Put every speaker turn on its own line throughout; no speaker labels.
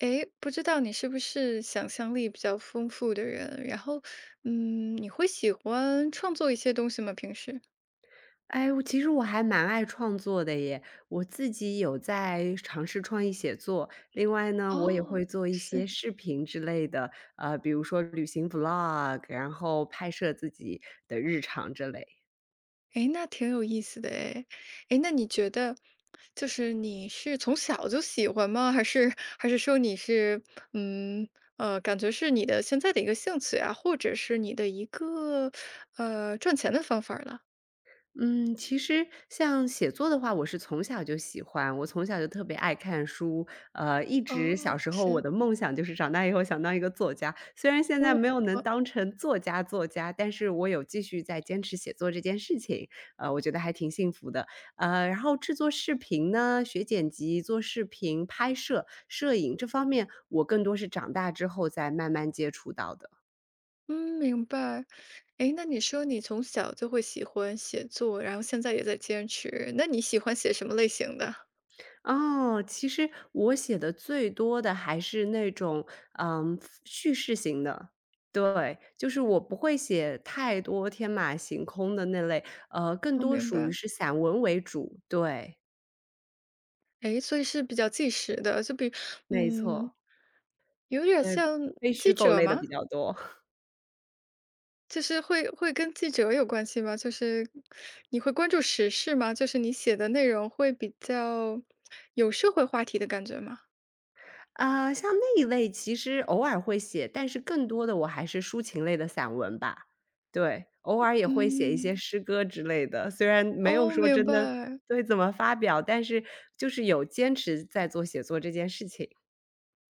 诶，不知道你是不是想象力比较丰富的人？然后，你会喜欢创作一些东西吗？平时？
我其实还蛮爱创作的耶，我自己有在尝试创意写作，另外呢，我也
哦，
会做一些
是，
视频之类的，比如说旅行 vlog，然后拍摄自己的日常之类。
诶，那挺有意思的诶。诶，那你觉得，就是你是从小就喜欢吗？还是说你是，嗯，感觉是你的现在的一个兴趣啊，或者是你的一个，赚钱的方法儿了？
嗯，其实像写作的话，我是从小就喜欢，我从小就特别爱看书，一直
哦，
小时候我
是，
的梦想就是长大以后想当一个作家，虽然现在
嗯。
没有能当成作家，但是我有继续在坚持写作这件事情，我觉得还挺幸福的。然后制作视频呢，学剪辑、做视频、拍摄、摄影这方面，我更多是长大之后再慢慢接触到的。
嗯，明白。诶，那你说你从小就会喜欢写作，然后现在也在坚持，那你喜欢写什么类型的？
哦，其实我写的最多的还是那种，嗯，叙事型的。对，就是我不会写太多天马行空的那类，更
我
多
明
属于
白。
是散文为主。对，
诶，所以是比较纪实的，就比
没
嗯，
错，
有点
对，
像
非虚
记
构
者
类的
吗？
比较多。
就是会跟记者有关系吗？就是你会关注时事吗？就是你写的内容会比较有社会话题的感觉吗？
啊，像那一类其实偶尔会写，但是更多的我还是抒情类的散文吧。对，偶尔也会写一些
嗯，
诗歌之类的，虽然没有
哦，
说
明
真的
白。
对，怎么发表，但是就是有坚持在做写作这件事情。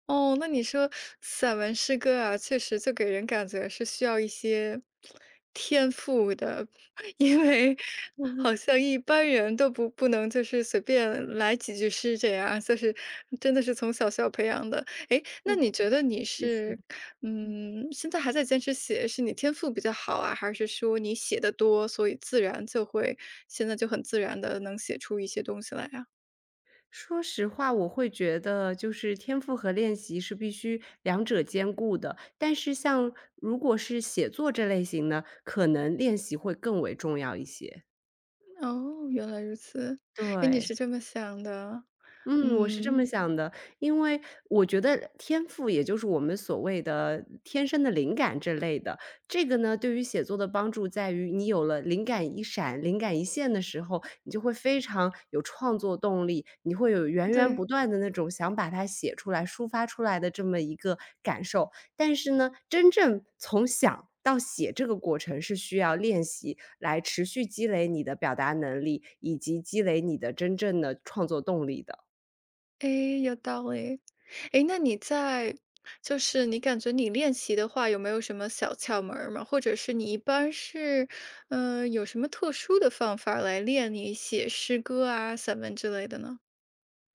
哦，那你说散文诗歌啊，确实就给人感觉是需要一些天赋的，因为好像一般人都不能就是随便来几句诗这样，就是真的是从小需要培养的。诶，那你觉得你
谢谢。
是，嗯，现在还在坚持写，是你天赋比较好啊，还是说你写的多，所以自然就会现在就很自然的能写出一些东西来啊？
说实话，我会觉得就是天赋和练习是必须两者兼顾的，但是像如果是写作这类型呢，可能练习会更为重要一些，
哦，原来如此，诶，你
对。
是这么想的。
嗯，我是这么
嗯，
想的，因为我觉得天赋也就是我们所谓的天生的灵感这类的，这个呢，对于写作的帮助在于你有了灵感一闪、灵感一现的时候，你就会非常有创作动力，你会有源源不
对，
断的那种想把它写出来、抒发出来的这么一个感受。但是呢，真正从想到写这个过程是需要练习来持续积累你的表达能力，以及积累你的真正的创作动力的。
诶，有道理。诶，那你在就是你感觉你练习的话，有没有什么小窍门儿吗？或者是你一般是，嗯，有什么特殊的方法来练你写诗歌啊、散文之类的呢？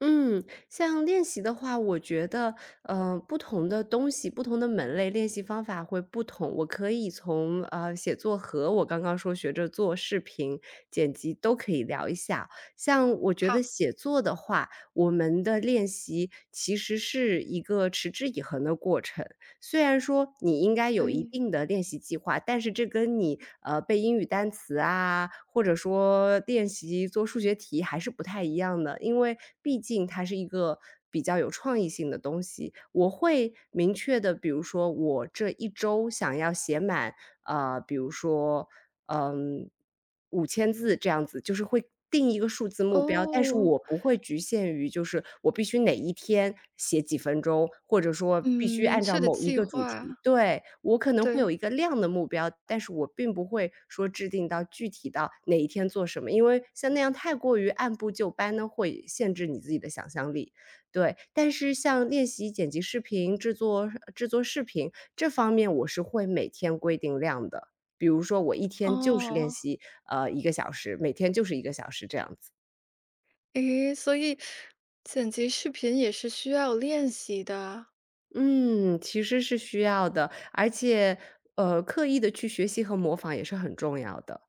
嗯，像练习的话，我觉得，不同的东西、不同的门类，练习方法会不同。我可以从写作和我刚刚说学着做视频剪辑都可以聊一下。像我觉
好，
得写作的话，我们的练习其实是一个持之以恒的过程。虽然说你应该有一
对，
定的练习计划，但是这跟你，背英语单词啊，或者说练习做数学题还是不太一样的。因为毕竟它是一个比较有创意性的东西，我会明确的，比如说我这一周想要写满，呃，比如说嗯5000字这样子，就是会定一个数字目标，但是
哦，
我不会局限于就是我必须哪一天写几分钟，或者说必
嗯，
须
明
按照
确的
某一
计
个主
划，
题。对，我可能会有
对，
一个量的目标，但是我并不会说制定到具体到哪一天做什么，因为像那样太过于按部就班呢，会限制你自己的想象力。对，但是像练习剪辑视频、制作视频，这方面我是会每天规定量的。比如说我一天就是练
哦，
习，一个小时，每天就是一个小时这样子。
诶，所以剪辑视频也是需要练习的。
嗯，其实是需要的，而且，刻意的去学习和模仿也是很重要的。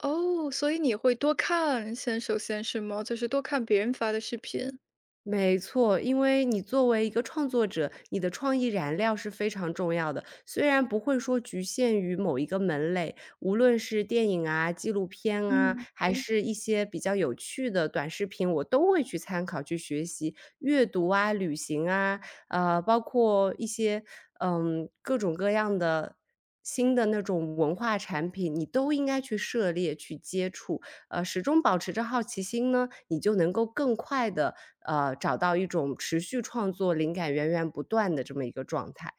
哦，所以你会多看，先首先是吗？就是多看别人发的视频。
没错，因为你作为一个创作者，你的创意燃料是非常重要的。虽然不会说局限于某一个门类，无论是电影啊、纪录片啊，
嗯。
还
对，
是一些比较有趣的短视频，我都会去参考、去学习。阅读啊、旅行啊，包括一些各种各样的新的那种文化产品，你都应该去涉猎、去接触。始终保持着好奇心呢，你就能够更快的找到一种持续创作、灵感源源不断的这么一个状态。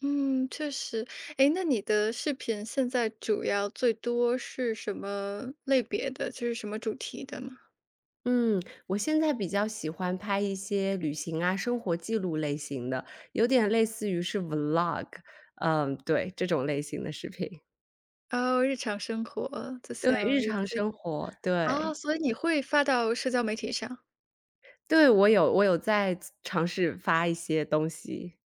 嗯，确实。哎，那你的视频现在主要最多是什么类别的？就是什么主题的吗？
嗯，我现在比较喜欢拍一些旅行啊、生活记录类型的，有点类似于是 Vlog，嗯，对，这种类型的视频。
哦，日常生活，就
对，日
像日
常
记
生活，对，
啊，所以你会发到社交媒体上。
对，我有在尝试发一些东西。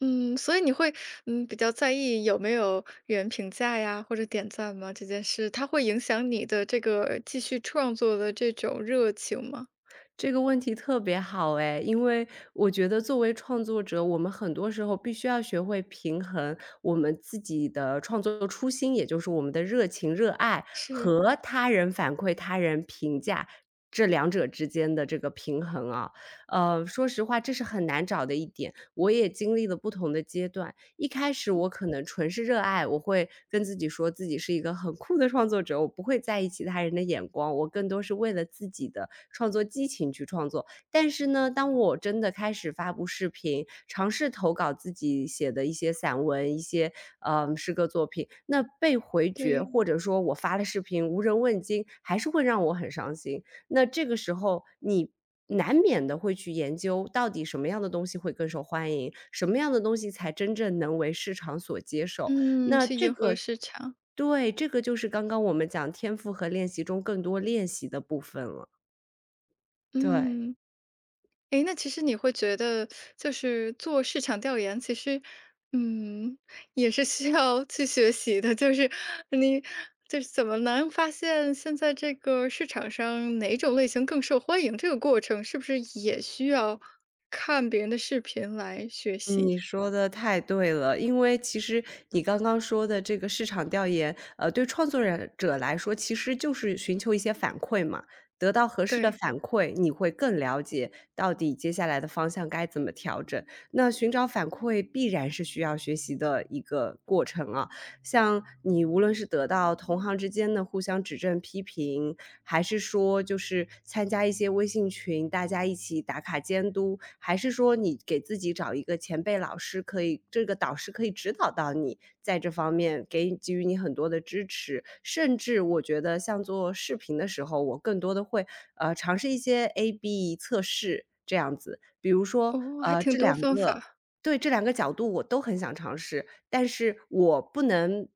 嗯，所以你会，嗯，比较在意有没有人评价呀，或者点赞吗？这件事，它会影响你的这个继续创作的这种热情吗？
这个问题特别好哎，因为我觉得作为创作者，我们很多时候必须要学会平衡我们自己的创作初心，也就是我们的热情、热爱
是。
和他人反馈、他人评价这两者之间的这个平衡啊。说实话，这是很难找的一点，我也经历了不同的阶段。一开始我可能纯是热爱，我会跟自己说自己是一个很酷的创作者，我不会在意其他人的眼光，我更多是为了自己的创作激情去创作。但是呢，当我真的开始发布视频，尝试投稿自己写的一些散文、一些诗歌作品，那被回绝，
对，
或者说我发了视频无人问津，还是会让我很伤心。那这个时候你难免的会去研究，到底什么样的东西会更受欢迎，什么样的东西才真正能为市场所接受。
嗯，
那嗯
去
这
迎合
个
市场，
对，这个就是刚刚我们讲天赋和练习中更多练习的部分了，对。
嗯。诶，那其实你会觉得就是做市场调研，其实，嗯，也是需要去学习的，就是你就是怎么能发现现在这个市场上哪种类型更受欢迎，这个过程是不是也需要看别人的视频来学
你
习？
说的太对了，因为其实你刚刚说的这个市场调研，对创作人者来说，其实就是寻求一些反馈嘛，得到合适的
对，
反馈，你会更了解到底接下来的方向该怎么调整。那寻找反馈必然是需要学习的一个过程啊，像你无论是得到同行之间的互相指正、批评，还是说就是参加一些微信群，大家一起打卡监督，还是说你给自己找一个前辈老师，可以这个导师可以指导到你，在这方面给予你很多的支持，甚至我觉得像做视频的时候，我更多的会，尝试一些 AB 测试这样子。比如说，
哦，还
呃，
挺
这
多
两
方
个
法。
对，这两个角度我都很想尝试，但是我不能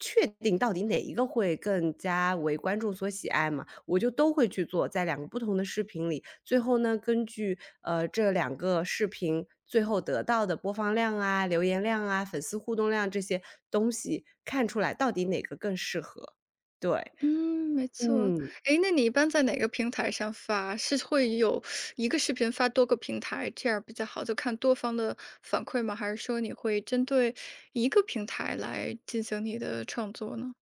确定到底哪一个会更加为观众所喜爱嘛，我就都会去做，在两个不同的视频里，最后呢，根据这两个视频最后得到的播放量啊、留言量啊、粉丝互动量这些东西，看出来到底哪个更适合。对，
嗯，没错。
嗯。
诶，那你一般在哪个平台上发？是会有一个视频发多个平台，这样比较好，就看多方的反馈吗？还是说你会针对一个平台来进行你的创作呢？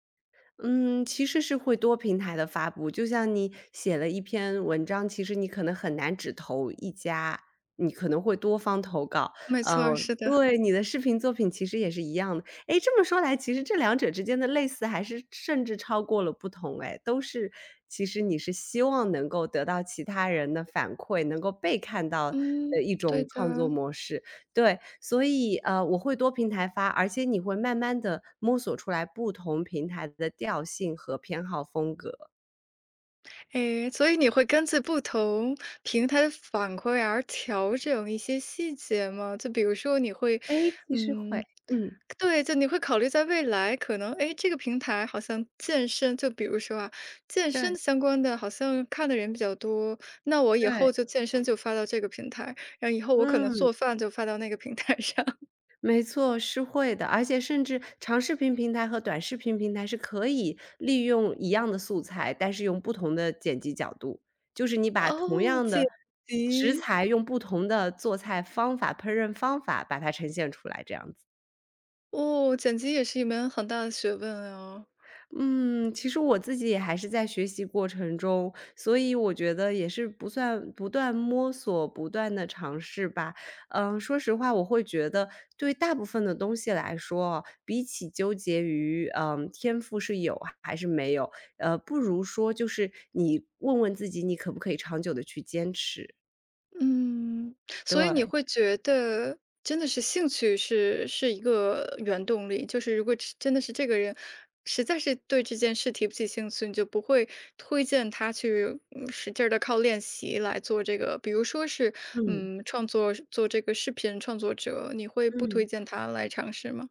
嗯，其实是会多平台的发布，就像你写了一篇文章，其实你可能很难只投一家，你可能会多方投稿。
没
嗯，
错，
哦
是的，
对，你的视频作品其实也是一样的。诶，这么说来，其实这两者之间的类似还是甚至超过了不同哎，都是其实你是希望能够得到其他人的反馈，能够被看到的
嗯，
一
对
种创作
的。
模式。对，所以，我会多平台发，而且你会慢慢的摸索出来不同平台的调性和偏好风格。
诶，所以你会根据不同平台的反馈而调整一些细节吗？就比如说你会，
哎，其实
嗯，
会，嗯。
对，就你会考虑在未来可能，诶，这个平台好像健身，就比如说啊，健
对，
身相关的好像看的人比较多，那我以
对。
后就健身就发到这个平台，然后以后我可能
嗯，
做饭就发到那个平台上。
没错，是会的，而且甚至长视频平台和短视频平台是可以利用一样的素材，但是用不同的剪辑角度。就是你 把同
哦，
样
剪
的食
辑，
材用不同的做菜方法、烹饪方法把它呈现出来这样子。
哦，剪辑也是一门很大的学问啊。
嗯，其实我自己也还是在学习过程中，所以我觉得也是不算不断摸索、不断的尝试吧。嗯，说实话，我会觉得对大部分的东西来说哦比起纠结于，天赋是有还是没有，不如说就是你问问自己，你可不可以长久的去坚持。
嗯，所以你
对，
会觉得真的是兴趣是一个原动力，就是如果只真的是这个人实在是对这件事提不起兴趣，你就不会推荐他去嗯使劲的靠练习来做这个，比如说是
嗯，
嗯创作做这个视频创作者，你会不推
嗯。
荐他来尝试吗？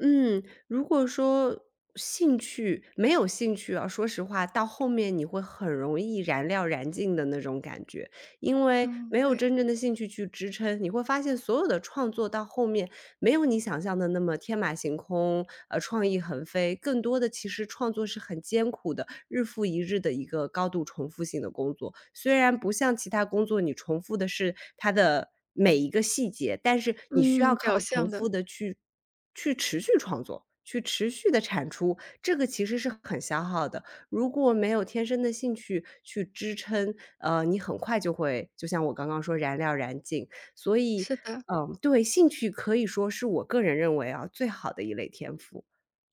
嗯，如果说兴趣没有兴趣啊，说实话，到后面你会很容易燃料燃尽的那种感觉，因为
嗯，
没有
对，
真正的兴趣去支撑，你会发现所有的创作到后面没有你想象的那么天马行空，创意横飞，更多的其实创作是很艰苦的，日复一日的一个高度重复性的工作。虽然不像其他工作，你重复的是它的每一个细节，但是你需要
嗯，
靠
表
重
象
复
的，
的去持续创作，去持续的产出，这个其实是很消耗的。如果没有天生的兴趣去支撑，你很快就会就像我刚刚说燃料燃尽。所以，
是的，
嗯，对，兴趣可以说是我个人认为啊，最好的一类天赋。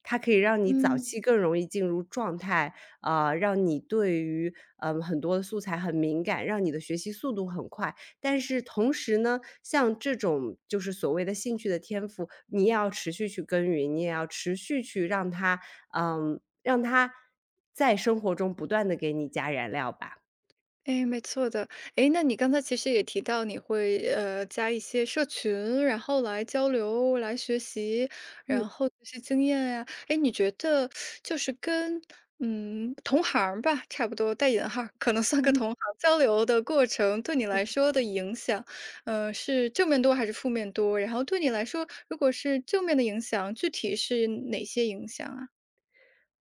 它可以让你早
嗯。
期更容易进入状态，啊、让你对于很多的素材很敏感，让你的学习速度很快。但是同时呢，像这种就是所谓的兴趣的天赋，你也要持续去耕耘，你也要持续去让它让它在生活中不断的给你加燃料吧。
哎，没错的。哎，那你刚才其实也提到你会加一些社群，然后来交流、来学习，然后这些经验呀、哎，你觉得就是跟嗯同行儿吧，差不多带引号儿可能算个
嗯，
同行交流的过程，对你来说的影响，呃，是正面多还是负面多？然后对你来说，如果是正面的影响，具体是哪些影响啊？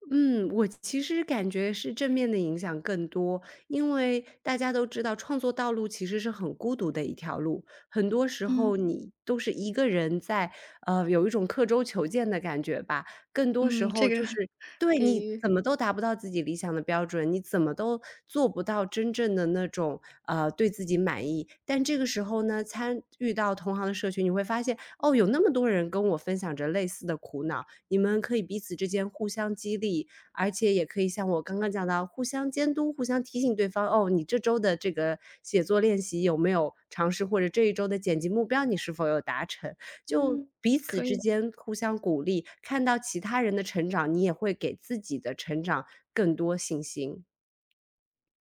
嗯，我其实感觉是正面的影响更多，因为大家都知道创作道路其实是很孤独的一条路，很多时
嗯
候你都是一个人在，有一种刻舟求剑的感觉吧。更多时
嗯，这
候
个
就 是对
比
你
喻，
怎么都达不到自己理想的标准，你怎么都做不到真正的那种对自己满意。但这个时候呢，参与到同行的社群，你会发现哦，有那么多人跟我分享着类似的苦恼。你们可以彼此之间互相激励，而且也可以像我刚刚讲到，互相监督、互相提醒对方，哦，你这周的这个写作练习有没有尝试，或者这一周的剪辑目标你是否有达成，就
嗯，
彼此
可
之
以。
间互相鼓励，看到其他人的成长，你也会给自己的成长更多信心。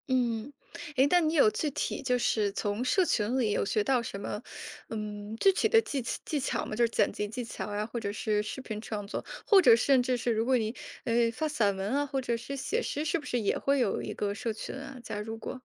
嗯，诶，那你有具体就是从社群里有学到什么，嗯，具体的技巧吗？就是剪辑技巧呀，或者是视频创作，或者甚至是如果你发散文啊，或者是写诗，是不是也会有一个社群啊？加入过？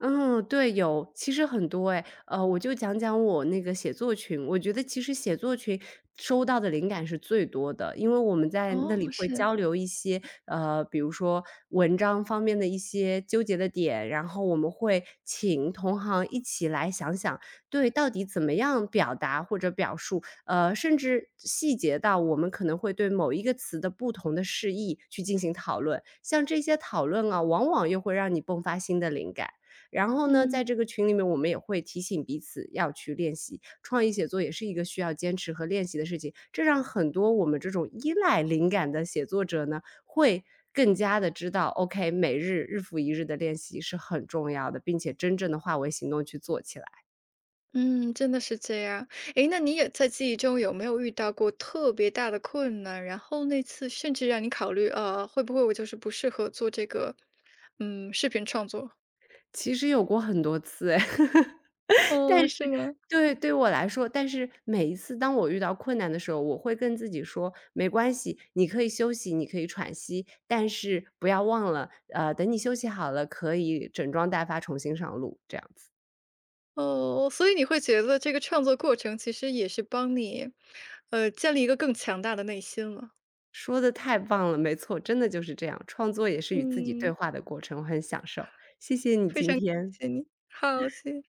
嗯，对，有，其实很多哎，我就讲讲我那个写作群，我觉得其实写作群收到的灵感是最多的，因为我们在那里
哦，
会
是，
交流一些，比如说文章方面的一些纠结的点，然后我们会请同行一起来想想，对，到底怎么样表达或者表述，甚至细节到我们可能会对某一个词的不同的释义去进行讨论，像这些讨论啊，往往又会让你迸发新的灵感。然后呢，在
嗯
这个群里面，我们也会提醒彼此要去练习。创意写作也是一个需要坚持和练习的事情，这让很多我们这种依赖灵感的写作者呢，会更加的知道，OK，每日日复一日的练习是很重要的，并且真正的化为行动去做起来。
嗯，真的是这样。诶，那你也在记忆中有没有遇到过特别大的困难？然后那次甚至让你考虑，呃，会不会我就是不适合做这个，嗯，视频创作？
其实有过很多次哎。但
哦，
是
是吗？
对，对我来说，但是每一次当我遇到困难的时候，我会跟自己说：“没关系，你可以休息，你可以喘息，但是不要忘了，等你休息好了，可以整装待发，重新上路。”这样子，
哦，所以你会觉得这个创作过程其实也是帮你，呃，建立一个更强大的内心了。
说的太棒了，没错，真的就是这样，创作也是与自己对
嗯，
话的过程，我很享受。谢谢你
非
今
常感
天。
谢你，好，谢谢。